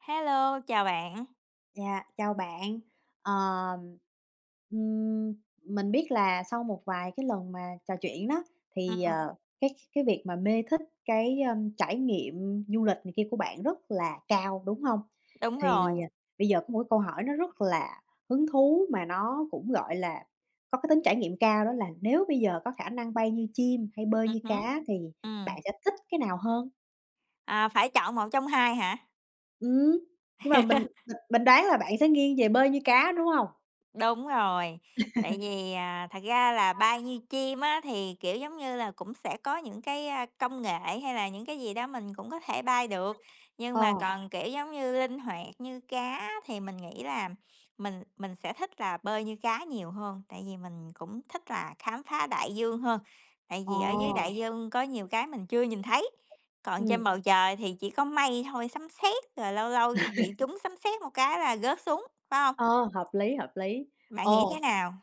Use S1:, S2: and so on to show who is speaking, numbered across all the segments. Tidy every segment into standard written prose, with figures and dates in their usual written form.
S1: Hello, chào bạn.
S2: Dạ, chào bạn. Ờm, ừm, mình biết là sau một vài cái lần mà trò chuyện đó thì,
S1: Ừm,
S2: cái cái việc mà mê thích trải nghiệm du lịch này kia của bạn rất là cao, đúng không?
S1: đúng rồi.
S2: Thì, bây giờ có một cái câu hỏi nó rất là hứng thú mà nó cũng, gọi là, có cái tính trải nghiệm cao, đó là nếu bây giờ có khả năng bay như chim hay bơi như
S1: Hứm,
S2: cá thì
S1: ừm.
S2: bạn sẽ thích cái nào hơn?
S1: À, phải chọn một trong hai hả?
S2: Ừm, nhưng mà mình đoán là bạn sẽ nghiêng về bơi như cá, đúng không?
S1: Đúng rồi, tại vì, à, thật ra là bay như chim á, thì, kiểu, giống như là, cũng sẽ có những cái, a, công nghệ hay là những cái gì đó mình cũng có thể bay được, nhưng
S2: Ờ.
S1: mà còn, kiểu, giống như, linh hoạt như cá thì mình nghĩ là mình sẽ thích là bơi như cá nhiều hơn, tại vì mình cũng thích là khám phá đại dương hơn, tại vì ở dưới
S2: Ồ,
S1: đại dương có nhiều cái mình chưa nhìn thấy, còn
S2: ừm,
S1: trên bầu trời thì chỉ có mây thôi, sấm sét, rồi lâu lâu bị trúng sấm sét một cái là rớt xuống, phải không?
S2: ờ, hợp lý, hợp lý.
S1: Bạn nghĩ thế
S2: Ồ,
S1: nào?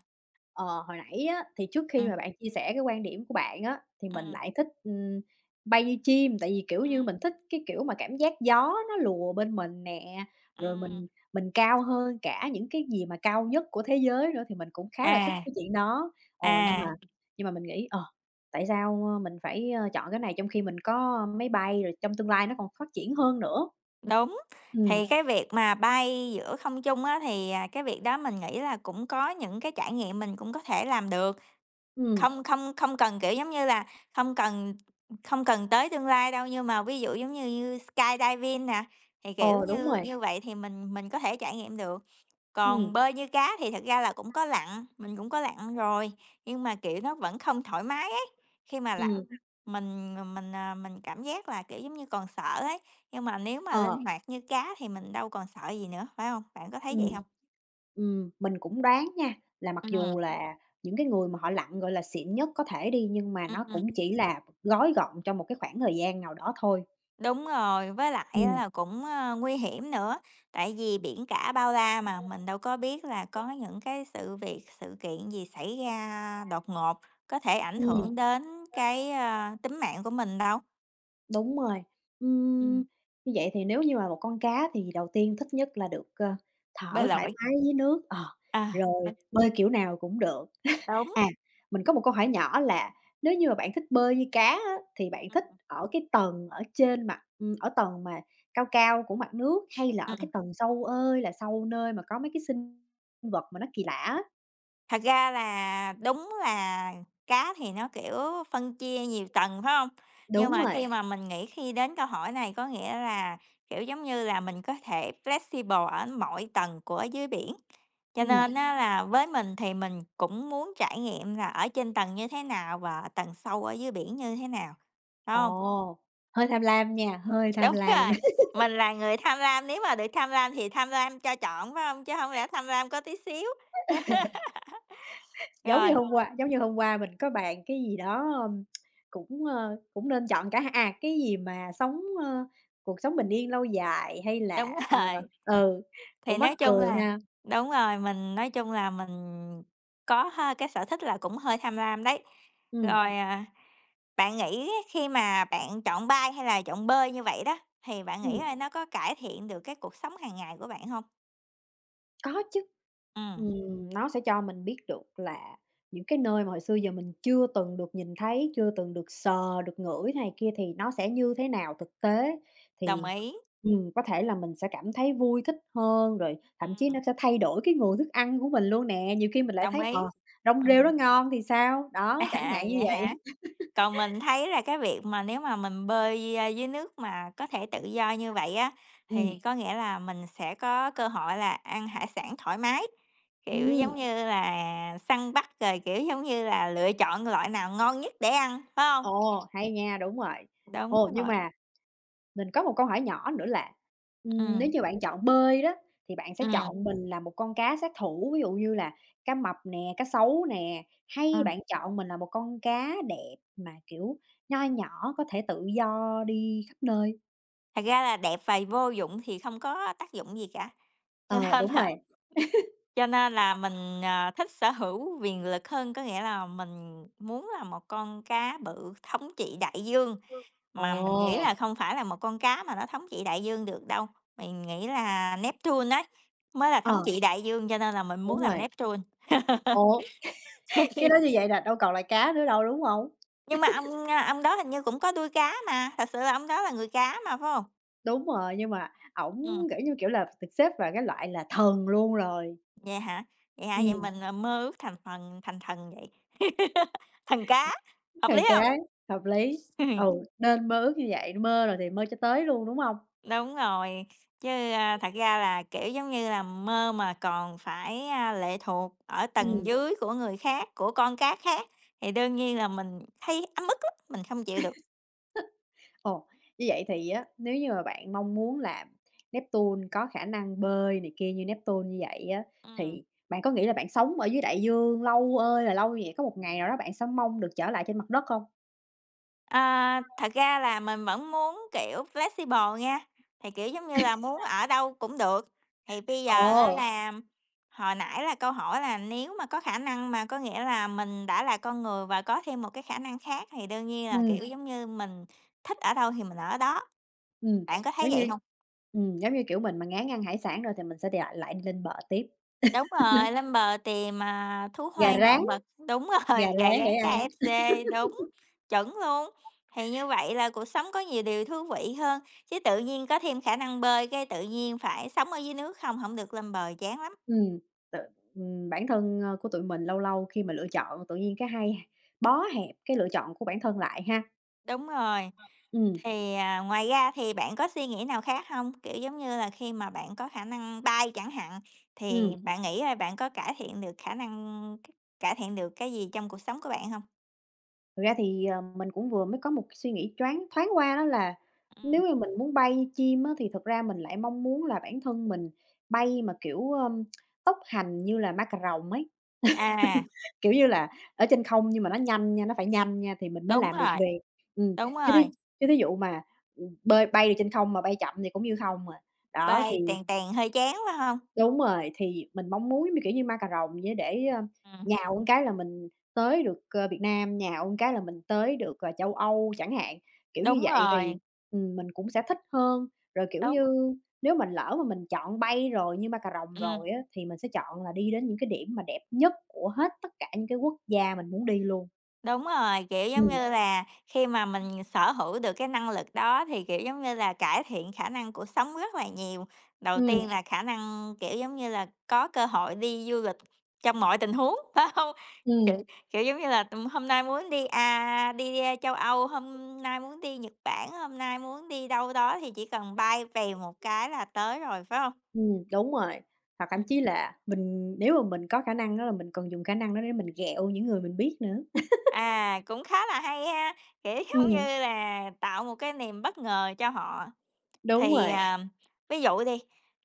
S2: hồi nãy á, thì trước khi
S1: Ừm,
S2: mà bạn chia sẻ cái quan điểm của bạn á, thì mình
S1: ừm,
S2: lại thích, bay như chim, tại vì, kiểu như, mình
S1: ừm,
S2: thích cái kiểu mà cảm giác gió nó lùa bên mình nè, rồi
S1: ừm.
S2: mình cao hơn cả những cái gì mà cao nhất của thế giới nữa, thì mình cũng khá là thích
S1: À,
S2: cái chuyện đó. Ồ, nhưng mà
S1: à,
S2: nhưng mà mình nghĩ, tại sao, mình phải, chọn cái này trong khi mình có máy bay, rồi trong tương lai nó còn phát triển hơn nữa?
S1: đúng.
S2: Ừm,
S1: Thì cái việc mà bay giữa không trung á, thì, à, cái việc đó mình nghĩ là cũng có những cái trải nghiệm mình cũng có thể làm được,
S2: ừm,
S1: không không không cần, kiểu, giống như là, không cần không cần tới tương lai đâu, nhưng mà ví dụ giống như như skydiving nè, thì, kiểu
S2: ờ, Đúng
S1: như,
S2: rồi.
S1: như vậy thì mình có thể trải nghiệm được.
S2: Ừm,
S1: Còn bơi như cá thì thật ra là cũng có lặn, mình cũng có lặn rồi, nhưng mà, kiểu, nó vẫn không thoải mái ấy. Khi mà lặn,
S2: ừm,
S1: mình ờ, mình, à, mình cảm giác là, kiểu, giống như còn sợ ấy, nhưng mà nếu mà
S2: ờ,
S1: linh hoạt như cá thì mình đâu còn sợ gì nữa, phải hông? Bạn có thấy
S2: ừm.
S1: vậy hông?
S2: Mình cũng đoán nha, là mặc dù
S1: Ừm,
S2: là những cái người mà họ lặn, gọi là, xịn nhất có thể đi, nhưng mà nó
S1: ừm,
S2: cũng chỉ là gói gọn trong một cái khoảng thời gian nào đó thôi.
S1: đúng rồi, với lại á
S2: Ừm,
S1: là cũng, ơ, nguy hiểm nữa, tại vì biển cả bao la mà, mình đâu có biết là có những cái sự việc, sự kiện gì xảy ra đột ngột, có thể ảnh
S2: ừm.
S1: hưởng đến cái, a, tính mạng của mình đâu.
S2: Đúng rồi. Ừm,
S1: Ừm,
S2: như vậy thì nếu như mà một con cá thì đầu tiên thích nhất là được,
S1: bơi
S2: thở thoải
S1: lội,
S2: mái dưới nước,
S1: à,
S2: rồi
S1: đ
S2: bơi kiểu nào cũng được.
S1: đúng,
S2: À, mình có một câu hỏi nhỏ là nếu như mà bạn thích bơi như cá á, thì bạn
S1: ừm,
S2: thích ở cái tầng ở trên mặt, ở tầng mà cao cao của mặt nước hay là ở
S1: ừm.
S2: cái tầng sâu ơi là sâu, nơi mà có mấy cái sinh vật mà nó kỳ lạ á?
S1: Thật ra là đúng là cá thì nó, kiểu, phân chia nhiều tầng, phải hông? Nhưng
S2: Đúng
S1: mà
S2: rồi,
S1: khi mà mình nghĩ khi đến câu hỏi này có nghĩa là, kiểu, giống như là, mình có thể flexible ở mọi tầng của dưới biển, cho
S2: ừm.
S1: nên á là với mình thì mình cũng muốn trải nghiệm là ở trên tầng như thế nào và tầng sâu ở dưới biển như thế nào, phải
S2: Ồ,
S1: hông?
S2: hơi tham lam nha, hơi tham
S1: Đúng
S2: lam.
S1: rồi, mình là người tham lam, nếu mà được tham lam thì tham lam cho trọn, phải hông? Chứ hông lẽ tham lam có tí xíu.
S2: Giống như
S1: Rồi,
S2: hôm qua giống như hôm qua mình có bàn cái gì đó, cũng nên chọn cả hai à, cái gì mà sống, cuộc sống bình yên lâu dài hay
S1: đúng
S2: là
S1: rồi,
S2: ừ,
S1: thì
S2: cũng mắc
S1: nói chung
S2: cười
S1: là
S2: ha.
S1: đúng rồi, mình nói chung là mình có hơi cái sở thích là cũng hơi tham lam đấy.
S2: Ừm,
S1: Rồi, à, bạn nghĩ khi mà bạn chọn bay hay là chọn bơi như vậy đó, thì bạn nghĩ
S2: ừm.
S1: là nó có cải thiện được cái cuộc sống hàng ngày của bạn hông?
S2: Có chứ.
S1: Ừm,
S2: Nó sẽ cho mình biết được là những cái nơi mà hồi xưa giờ mình chưa từng được nhìn thấy, chưa từng được sờ, được ngửi này kia thì nó sẽ như thế nào thực tế.
S1: đồng
S2: Thì,
S1: ý,
S2: có thể là mình sẽ cảm thấy vui thích hơn, rồi thậm chí nó
S1: ừm,
S2: sẽ thay đổi cái nguồn thức ăn của mình luôn nè. Nhiều khi mình lại
S1: đồng
S2: thấy,
S1: ý,
S2: rong rêu nó
S1: ừm.
S2: ngon thì sao, đó, chẳng
S1: À,
S2: hạn như
S1: vậy
S2: vậy.
S1: hả? Còn mình thấy là cái việc mà nếu mà mình bơi, a, dưới nước mà có thể tự do như vậy á,
S2: Ừ,
S1: thì có nghĩa là mình sẽ có cơ hội là ăn hải sản thoải mái, kiểu,
S2: ừ,
S1: giống như là săn bắt rồi, kiểu, giống như là lựa chọn loại nào ngon nhất để ăn, phải không?
S2: ồ, hay nha, đúng rồi.
S1: Đúng
S2: Ồ, nhưng
S1: rồi,
S2: mà mình có một câu hỏi nhỏ nữa là,
S1: Ừ.
S2: nếu như bạn chọn bơi đó, thì bạn sẽ
S1: Ừ.
S2: chọn mình là một con cá sát thủ, ví dụ như là cá mập nè, cá sấu nè, hay
S1: ừm.
S2: bạn chọn mình là một con cá đẹp mà, kiểu, nho nhỏ có thể tự do đi khắp nơi?
S1: Thật ra là đẹp và vô dụng thì không có tác dụng gì cả, cho
S2: Ờ,
S1: nên
S2: đúng
S1: là
S2: rồi.
S1: cho nên là mình, ờ, thích sở hữu quyền lực hơn, có nghĩa là mình muốn là một con cá bự thống trị đại dương.
S2: Ồ,
S1: Mà mình nghĩ là không phải là một con cá mà nó thống trị đại dương được đâu, mình nghĩ là Neptune ấy, mới là thống
S2: ờ,
S1: trị đại dương, cho nên là mình muốn
S2: đúng
S1: làm
S2: rồi.
S1: Neptune.
S2: Ủa, cái đó như vậy là đâu còn là cá nữa đâu, đúng không?
S1: Nhưng mà ông, a, ông đó hình như cũng có đuôi cá mà, thật sự là ông đó là người cá mà, phải không?
S2: Đúng rồi, nhưng mà
S1: Ừm,
S2: ổng, kiểu như, kiểu là, được xếp vào cái loại là thần luôn rồi.
S1: vậy hả? Vậy hả? Vậy
S2: Ừm.
S1: mình, ờ, mơ ước thành phần thành thần vậy. Thần cá, hợp lý
S2: Hàng
S1: không?
S2: cái, hợp lý. Ừ, nên mơ ước như vậy, mơ rồi thì mơ cho tới luôn, đúng hông?
S1: Đúng rồi, chứ, a, thật ra là, kiểu, giống như là, mơ mà còn phải, a, lệ thuộc ở tầng
S2: Ừm,
S1: dưới của người khác, của con cá khác thì đương nhiên là mình thấy ấm ức lắm, mình không chịu được.
S2: ồ, như vậy thì á, nếu như mà bạn mong muốn là Neptune có khả năng bơi này kia như Neptune như vậy á,
S1: Ừm,
S2: thì bạn có nghĩ là bạn sống ở dưới đại dương lâu ơi là lâu như vậy, có một ngày nào đó bạn sẽ mong được trở lại trên mặt đất không?
S1: à, thật ra là mình vẫn muốn, kiểu, flexible nha, thì, kiểu, giống như là, muốn ở đâu cũng được. Thì bây giờ á
S2: Ồ,
S1: là hồi nãy là câu hỏi là nếu mà có khả năng mà có nghĩa là mình đã là con người và có thêm một cái khả năng khác thì đương nhiên là,
S2: ừm,
S1: kiểu, giống như, mình thích ở đâu thì mình ở đó.
S2: ừm,
S1: Bạn có thấy
S2: giống
S1: vậy
S2: như
S1: hông?
S2: giống như, kiểu, mình mà ngán ăn hải sản rồi thì mình sẽ đi lại lại lên bờ tiếp.
S1: Đúng rồi, lên bờ tìm, à, thú
S2: Gà
S1: hoang,
S2: rán,
S1: động vật, đúng
S2: gà
S1: rồi, gà
S2: rán
S1: rán
S2: để ăn.
S1: KFC, đúng, chuẩn luôn. Thì như vậy là cuộc sống có nhiều điều thú vị hơn, chứ tự nhiên có thêm khả năng bơi cái tự nhiên phải sống ở dưới nước không, hổng được lên bờ chán lắm.
S2: Ừm, tự bản thân, của tụi mình lâu lâu khi mà lựa chọn tự nhiên cái hay bó hẹp cái lựa chọn của bản thân lại ha.
S1: Đúng rồi.
S2: Ừm,
S1: Thì, à, ngoài ra thì bạn có suy nghĩ nào khác hông? Kiểu, giống như là, khi mà bạn có khả năng bay chẳng hạn, thì
S2: ừm,
S1: bạn nghĩ là bạn có cải thiện được khả năng c cải thiện được cái gì trong cuộc sống của bạn hông?
S2: thực ra thì, mình cũng vừa mới có một cái suy nghĩ thoáng thoáng qua đó là
S1: Ừm,
S2: nếu như mình muốn bay chim á, thì thực ra mình lại mong muốn là bản thân mình bay mà, kiểu, tốc hành như là ma cà rồng ấy,
S1: à.
S2: kiểu như là, ở trên không nhưng mà nó nhanh nha, nó phải nhanh nha thì mình mới
S1: Đúng
S2: làm được
S1: rồi,
S2: việc. Ừm,
S1: đúng
S2: chứ thí
S1: rồi,
S2: chứ thí dụ mà, bay được trên không mà bay chậm thì cũng như không mà đó,
S1: bay
S2: thì
S1: tèn tèn hơi chán, phải hông?
S2: đúng rồi, thì mình mong muốn như, kiểu như, ma cà rồng vậy á, để,
S1: Ừm,
S2: nhào một cái là mình tới được, Việt Nam, nhào một cái là mình tới được, châu Âu chẳng hạn, kiểu như
S1: đúng
S2: vậy thì,
S1: rồi,
S2: mình cũng sẽ thích hơn. Rồi, kiểu
S1: đúng,
S2: như, nếu mình lỡ mà mình chọn bay rồi, như ma cà rồng
S1: ừm,
S2: rồi á, thì mình sẽ chọn là đi đến những cái điểm mà đẹp nhất của hết tất cả những cái quốc gia mình muốn đi luôn.
S1: đúng rồi, kiểu, giống
S2: Ừm,
S1: như là, khi mà mình sở hữu được cái năng lực đó thì, kiểu, giống như là, cải thiện khả năng cuộc sống rất là nhiều. Đầu
S2: ừm,
S1: tiên là khả năng, kiểu, giống như là, có cơ hội đi du lịch trong mọi tình huống, phải hông?
S2: ừm,
S1: Kiểu kiểu, giống như là, hôm nay muốn đi, à, đi, a, châu Âu, hôm nay muốn đi Nhật Bản, hôm nay muốn đi đâu đó thì chỉ cần bay vèo một cái là tới rồi, phải hông?
S2: đúng rồi. Hoặc thậm
S1: Ừm.
S2: chí là mình nếu mà mình có khả năng á là mình còn dùng khả năng đó để mình ghẹo những người mình biết nữa.
S1: À, cũng khá là hay ha, kiểu, giống như
S2: Ừm.
S1: là, tạo một cái niềm bất ngờ cho họ.
S2: Đúng
S1: Thì,
S2: rồi,
S1: à, ví dụ đi,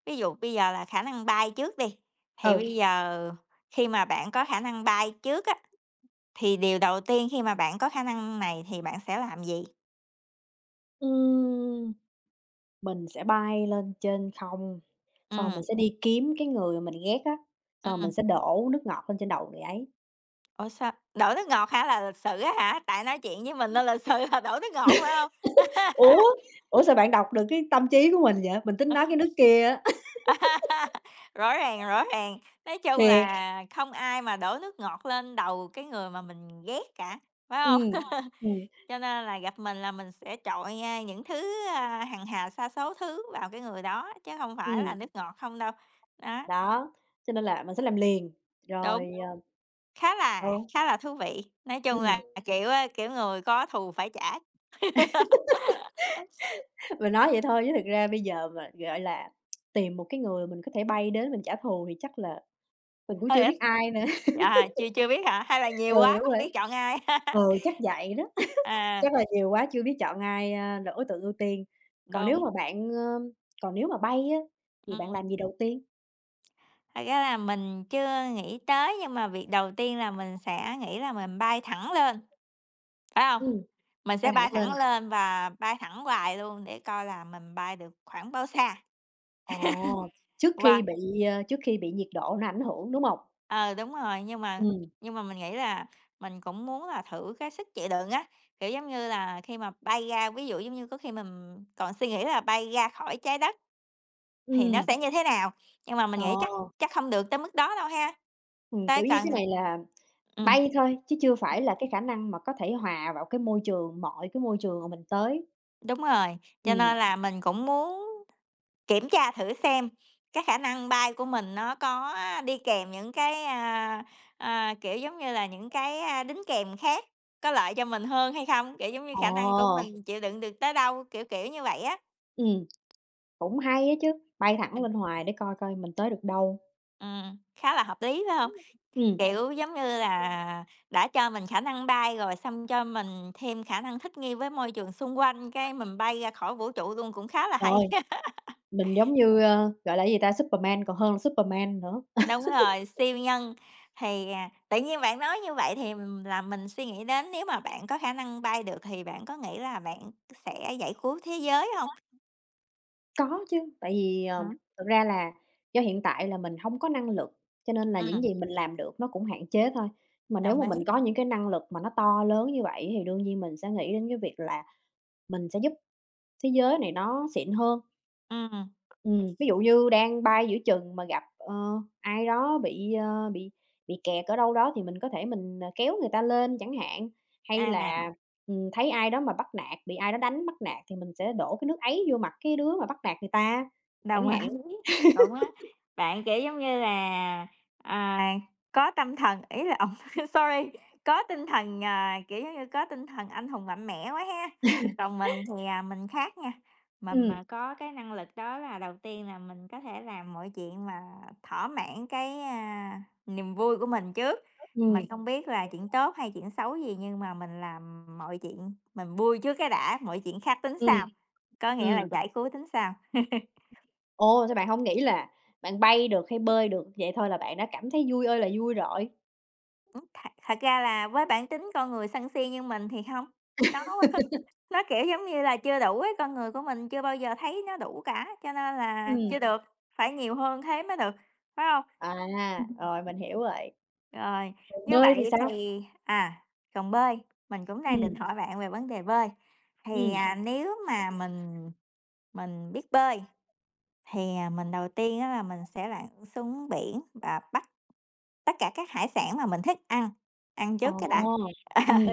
S1: ví dụ bây giờ là khả năng bay trước đi, thì
S2: ừ.
S1: bây giờ khi mà bạn có khả năng bay trước á, thì điều đầu tiên khi mà bạn có khả năng này thì bạn sẽ làm gì?
S2: Ừm, mình sẽ bay lên trên không, xong rồi mình
S1: Ừm,
S2: sẽ đi kiếm cái người mà mình ghét á, xong rồi mình
S1: ừm,
S2: sẽ đổ nước ngọt lên trên đầu người ấy.
S1: ủa, sao đổ nước ngọt hả, là lịch sự á hả? Tại nói chuyện với mình nên lịch sự là đổ nước ngọt, phải không?
S2: Ủa, ủa, sao bạn đọc được cái tâm trí của mình vậy? Mình tính nói cái nước kia á.
S1: Rõ ràng, rõ ràng. Nói chung
S2: Thiệt,
S1: là không ai mà đổ nước ngọt lên đầu cái người mà mình ghét cả, phải
S2: ừ,
S1: không?
S2: ừ,
S1: Cho nên là gặp mình là mình sẽ trội, a, những thứ, a, hằng hà sa số thứ vào cái người đó, chứ không phải là nước ngọt không đâu. Đó,
S2: đó, cho nên là mình sẽ làm liền, rồi,
S1: đúng,
S2: đúng. ờ,
S1: khá là thú vị. Nói
S2: ừ,
S1: chung là, kiểu, a, kiểu, người có thù phải trả.
S2: mình nói vậy thôi chứ thực ra bây giờ mà, gọi là, tìm một cái người mình có thể bay đến mình trả thù thì chắc là mình cũng
S1: Hơi
S2: chưa
S1: ít
S2: biết ai nữa.
S1: à, chưa chưa biết hả? Hay là
S2: Ừ,
S1: nhiều quá
S2: đúng
S1: không
S2: rồi.
S1: biết chọn ai?
S2: Ừ, chắc vậy đó.
S1: À,
S2: Chắc là nhiều quá chưa biết chọn ai, là đối tượng ưu tiên. Còn nếu
S1: đúng,
S2: mà bạn, ơ còn nếu mà bay á, thì bạn
S1: ừm.
S2: làm gì đầu tiên?
S1: Thật ra là mình chưa nghĩ tới, nhưng mà việc đầu tiên là mình sẽ nghĩ là mình bay thẳng lên, phải không?
S2: Ừm,
S1: Mình sẽ
S2: bay thẳng
S1: bay thẳng
S2: lên.
S1: lên và bay thẳng hoài luôn để coi là mình bay được khoảng bao xa.
S2: Ồ,
S1: Vâng.
S2: trước khi bị nhiệt độ nó ảnh hưởng, đúng hông?
S1: Ờ, đúng rồi,
S2: Ừm,
S1: nhưng mà mình nghĩ là mình cũng muốn là thử cái sức chịu đựng á, kiểu, giống như là, khi mà bay ra ví dụ, giống như, có khi mình còn suy nghĩ là bay ra khỏi Trái Đất thì nó
S2: ừm,
S1: sẽ như thế nào, nhưng mà mình
S2: ờ,
S1: nghĩ chắc chắc không được tới mức đó đâu ha, tới
S2: kiểu như, cái
S1: cần
S2: này là
S1: ừm.
S2: bay thôi, chứ chưa phải là cái khả năng mà có thể hòa vào cái môi trường, mọi cái môi trường mà mình tới.
S1: Đúng rồi, cho
S2: Ừm,
S1: nên là mình cũng muốn kiểm tra thử xem cái khả năng bay của mình nó có đi kèm những cái, à, à, kiểu, giống như là, những cái, a, đính kèm khác có lợi cho mình hơn hay không? Kiểu, giống như,
S2: ồ,
S1: khả năng của mình chịu đựng được tới đâu, kiểu, kiểu như vậy á.
S2: ừm, cũng hay á chứ, bay thẳng
S1: Ừm.
S2: lên hoài để coi coi mình tới được đâu.
S1: khá là hợp lý, phải không?
S2: Ừm,
S1: Kiểu, giống như là, đã cho mình khả năng bay rồi xong cho mình thêm khả năng thích nghi với môi trường xung quanh, cái mình bay ra khỏi vũ trụ luôn cũng khá là hay.
S2: trời. Mình giống như, gọi là, cái gì ta, Superman còn hơn là Superman nữa.
S1: Đúng rồi, siêu nhân. Thì, à, tự nhiên bạn nói như vậy thì m- là mình suy nghĩ đến nếu mà bạn có khả năng bay được thì bạn có nghĩ là bạn sẽ giải cứu thế giới không?
S2: Có chứ, tại vì,
S1: Hả?
S2: thực ra là do hiện tại là mình hông có năng lực, cho nên là những
S1: Ừm,
S2: gì mình làm được nó cũng hạn chế thôi. Mà nếu
S1: đồng
S2: mà mình
S1: ý.
S2: có những cái năng lực mà nó to lớn như vậy thì đương nhiên mình sẽ nghĩ đến cái việc là mình sẽ giúp thế giới này nó xịn hơn.
S1: Ừm,
S2: Ví dụ như đang bay giữa chừng mà gặp, ai đó bị, bị kẹt ở đâu đó thì mình có thể kéo người ta lên chẳng hạn, hay
S1: à.
S2: là, thấy ai đó mà bắt nạt, bị ai đó đánh bắt nạt thì mình sẽ đổ cái nước ấy vô mặt cái đứa mà bắt nạt người ta
S1: Đồng
S2: chẳng hạn.
S1: ý, đúng á. Bạn, kiểu, giống như là, à, có tâm thần ý là ổng sorry, có tinh thần, à, kiểu, giống như, có tinh thần anh hùng mạnh mẽ quá ha. Còn mình thì, à, mình khác nha, mình
S2: Ừm,
S1: mà có cái năng lực đó là đầu tiên là mình có thể làm mọi chuyện mà thỏa mãn cái, a, niềm vui của mình trước. Mình
S2: ừm,
S1: Không biết là chuyện tốt hay chuyện xấu gì nhưng mà mình làm mọi chuyện mình vui trước cái đã, mọi chuyện khác tính
S2: ừm.
S1: sau, có nghĩa là
S2: Ừm,
S1: giải cứu tính sau.
S2: ồ, sao bạn không nghĩ là bạn bay được hay bơi được, vậy thôi là bạn đã cảm thấy vui ơi là vui rồi?
S1: Thật thật ra là với bản tính con người sân si như mình thì không nó nó, kiểu, giống như là, chưa đủ ấy, con người của mình chưa bao giờ thấy nó đủ cả, cho nên là
S2: Ừm,
S1: chưa được, phải nhiều hơn thế mới được, phải không?
S2: rồi mình hiểu rồi.
S1: Rồi,
S2: Còn
S1: như
S2: bơi thì
S1: vậy
S2: sao?
S1: thì à, còn bơi, mình cũng đang định
S2: Ừm,
S1: hỏi bạn về vấn đề bơi. Thì,
S2: ừm.
S1: à, nếu mà mình biết bơi thì, à, mình đầu tiên á là mình sẽ lặn xuống biển và bắt tất cả các hải sản mà mình thích ăn, ăn
S2: Ồ!
S1: trước cái đã.
S2: Ừm.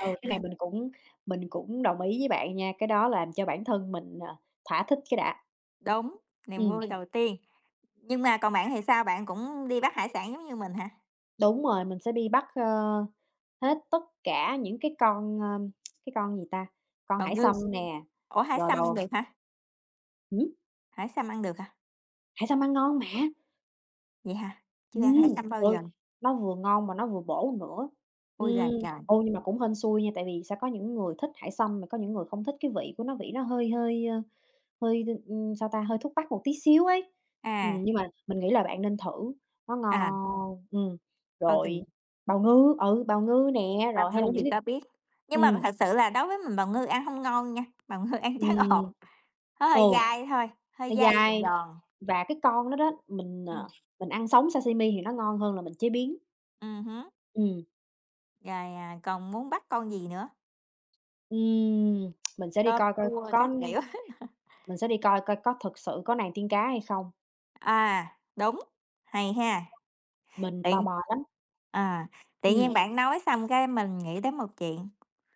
S2: Ừ, cái này mình cũng đồng ý với bạn nha, cái đó làm cho bản thân mình, thỏa thích cái đã.
S1: Đúng, niềm vui
S2: Ừm,
S1: Đầu tiên. Nhưng mà còn bạn thì sao? Bạn cũng đi bắt hải sản giống như mình hả?
S2: đúng rồi, mình sẽ đi bắt, hết tất cả những cái con, cái con gì ta? Con
S1: Bào
S2: hải
S1: ngư,
S2: sâm nè,
S1: ủa, hải
S2: rồi
S1: sâm ăn
S2: bầu
S1: được hả?
S2: ừm,
S1: Hải sâm ăn được hả?
S2: hải sâm ăn ngon mà,
S1: Vậy hả? Chưa ăn hải
S2: ừm,
S1: sâm bao
S2: rồi
S1: giờ?
S2: nó vừa ngon mà nó vừa bổ nữa.
S1: Ôi là trời!
S2: Ô, nhưng mà cũng hên xui nha, tại vì sẽ có những người thích hải sâm mà có những người không thích cái vị của nó, vị nó hơi hơi. Hơi, sao ta, hơi thúc bắc một tí xíu ấy.
S1: À,
S2: Nhưng mà mình nghĩ là bạn nên thử, nó
S1: à,
S2: ngon.
S1: ok
S2: Rồi
S1: kê,
S2: bào ngư nè,
S1: bào
S2: rồi hay là
S1: ngư thì
S2: những cái
S1: có biết. Nhưng mà
S2: ừm,
S1: thật sự là đối với mình bào ngư ăn không ngon nha, bào ngư ăn tráng
S2: ừm.
S1: ộn, nó
S2: Ừ,
S1: hơi À. dai thôi, hơi
S2: nó
S1: dai, giòn
S2: dai
S1: giòn.
S2: và cái con đó đó,
S1: Ừm,
S2: mình ăn sống sashimi thì nó ngon hơn là mình chế biến.
S1: hứm,
S2: Ừm,
S1: rồi, à, còn muốn bắt con gì nữa?
S2: ừm, mình sẽ đi
S1: Tôm
S2: coi coi
S1: cua
S2: có
S1: các kiểu.
S2: mình sẽ đi coi coi có thực sự có nàng tiên cá hay không,
S1: À, đúng, hay ha!
S2: mình tò
S1: Tự
S2: mò lắm.
S1: à, tự
S2: Ừm,
S1: nhiên bạn nói xong cái mình nghĩ đến một chuyện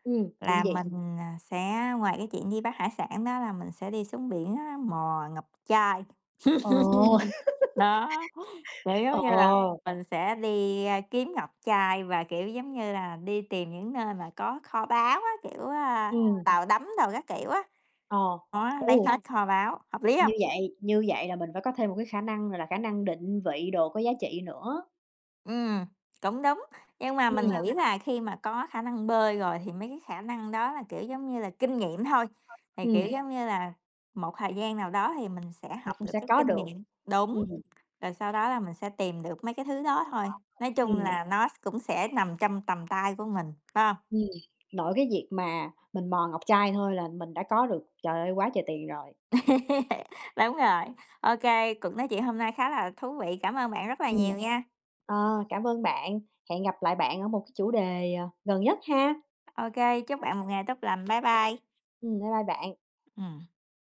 S2: chuyện
S1: là
S2: gì?
S1: mình, à, sẽ ngoài cái chuyện đi bắt hải sản đó là mình sẽ đi xuống biển á, mò ngọc trai.
S2: Ồ,
S1: Đó, kiểu, giống như là,
S2: ồ,
S1: mình sẽ đi, a, kiếm ngọc trai và, kiểu, giống như là, đi tìm những nơi mà có kho báu á, kiểu, a,
S2: ừm.
S1: tàu đắm đồ các kiểu á,
S2: Ờ,
S1: đó, lấy
S2: ồ,
S1: hết kho báu, hợp lý không?
S2: như vậy là mình phải có thêm một cái khả năng, là, khả năng định vị đồ có giá trị nữa,
S1: Ừm, cũng đúng, nhưng mà
S2: đúng
S1: mình
S2: Hông?
S1: nghĩ là khi mà có khả năng bơi rồi thì mấy cái khả năng đó là, kiểu, giống như là, kinh nghiệm thôi, thì, kiểu,
S2: Ừm,
S1: giống như là, một thời gian nào đó thì mình sẽ
S2: thì
S1: học
S2: cũng
S1: được
S2: sẽ
S1: cái
S2: có
S1: kinh
S2: được.
S1: nghiệm đúng,
S2: Ừm,
S1: rồi sau đó là mình sẽ tìm được mấy cái thứ đó thôi. Nói chung
S2: ừm,
S1: là nó s cũng sẽ nằm trong tầm tay của mình, phải hông?
S2: ừm, nội cái việc mà mình mò ngọc trai thôi là mình đã có được, trời ơi, quá trời tiền rồi.
S1: Đúng rồi. Ô kê, cuộc nói chuyện hôm nay khá là thú vị, cảm ơn bạn rất là nhiều
S2: Ừm,
S1: nha.
S2: cảm ơn bạn, hẹn gặp lại bạn ở một cái chủ đề, gần nhất ha.
S1: Ô kê, chúc bạn một ngày tốt lành. Bye bye.
S2: Bye bye bạn.
S1: Ừm.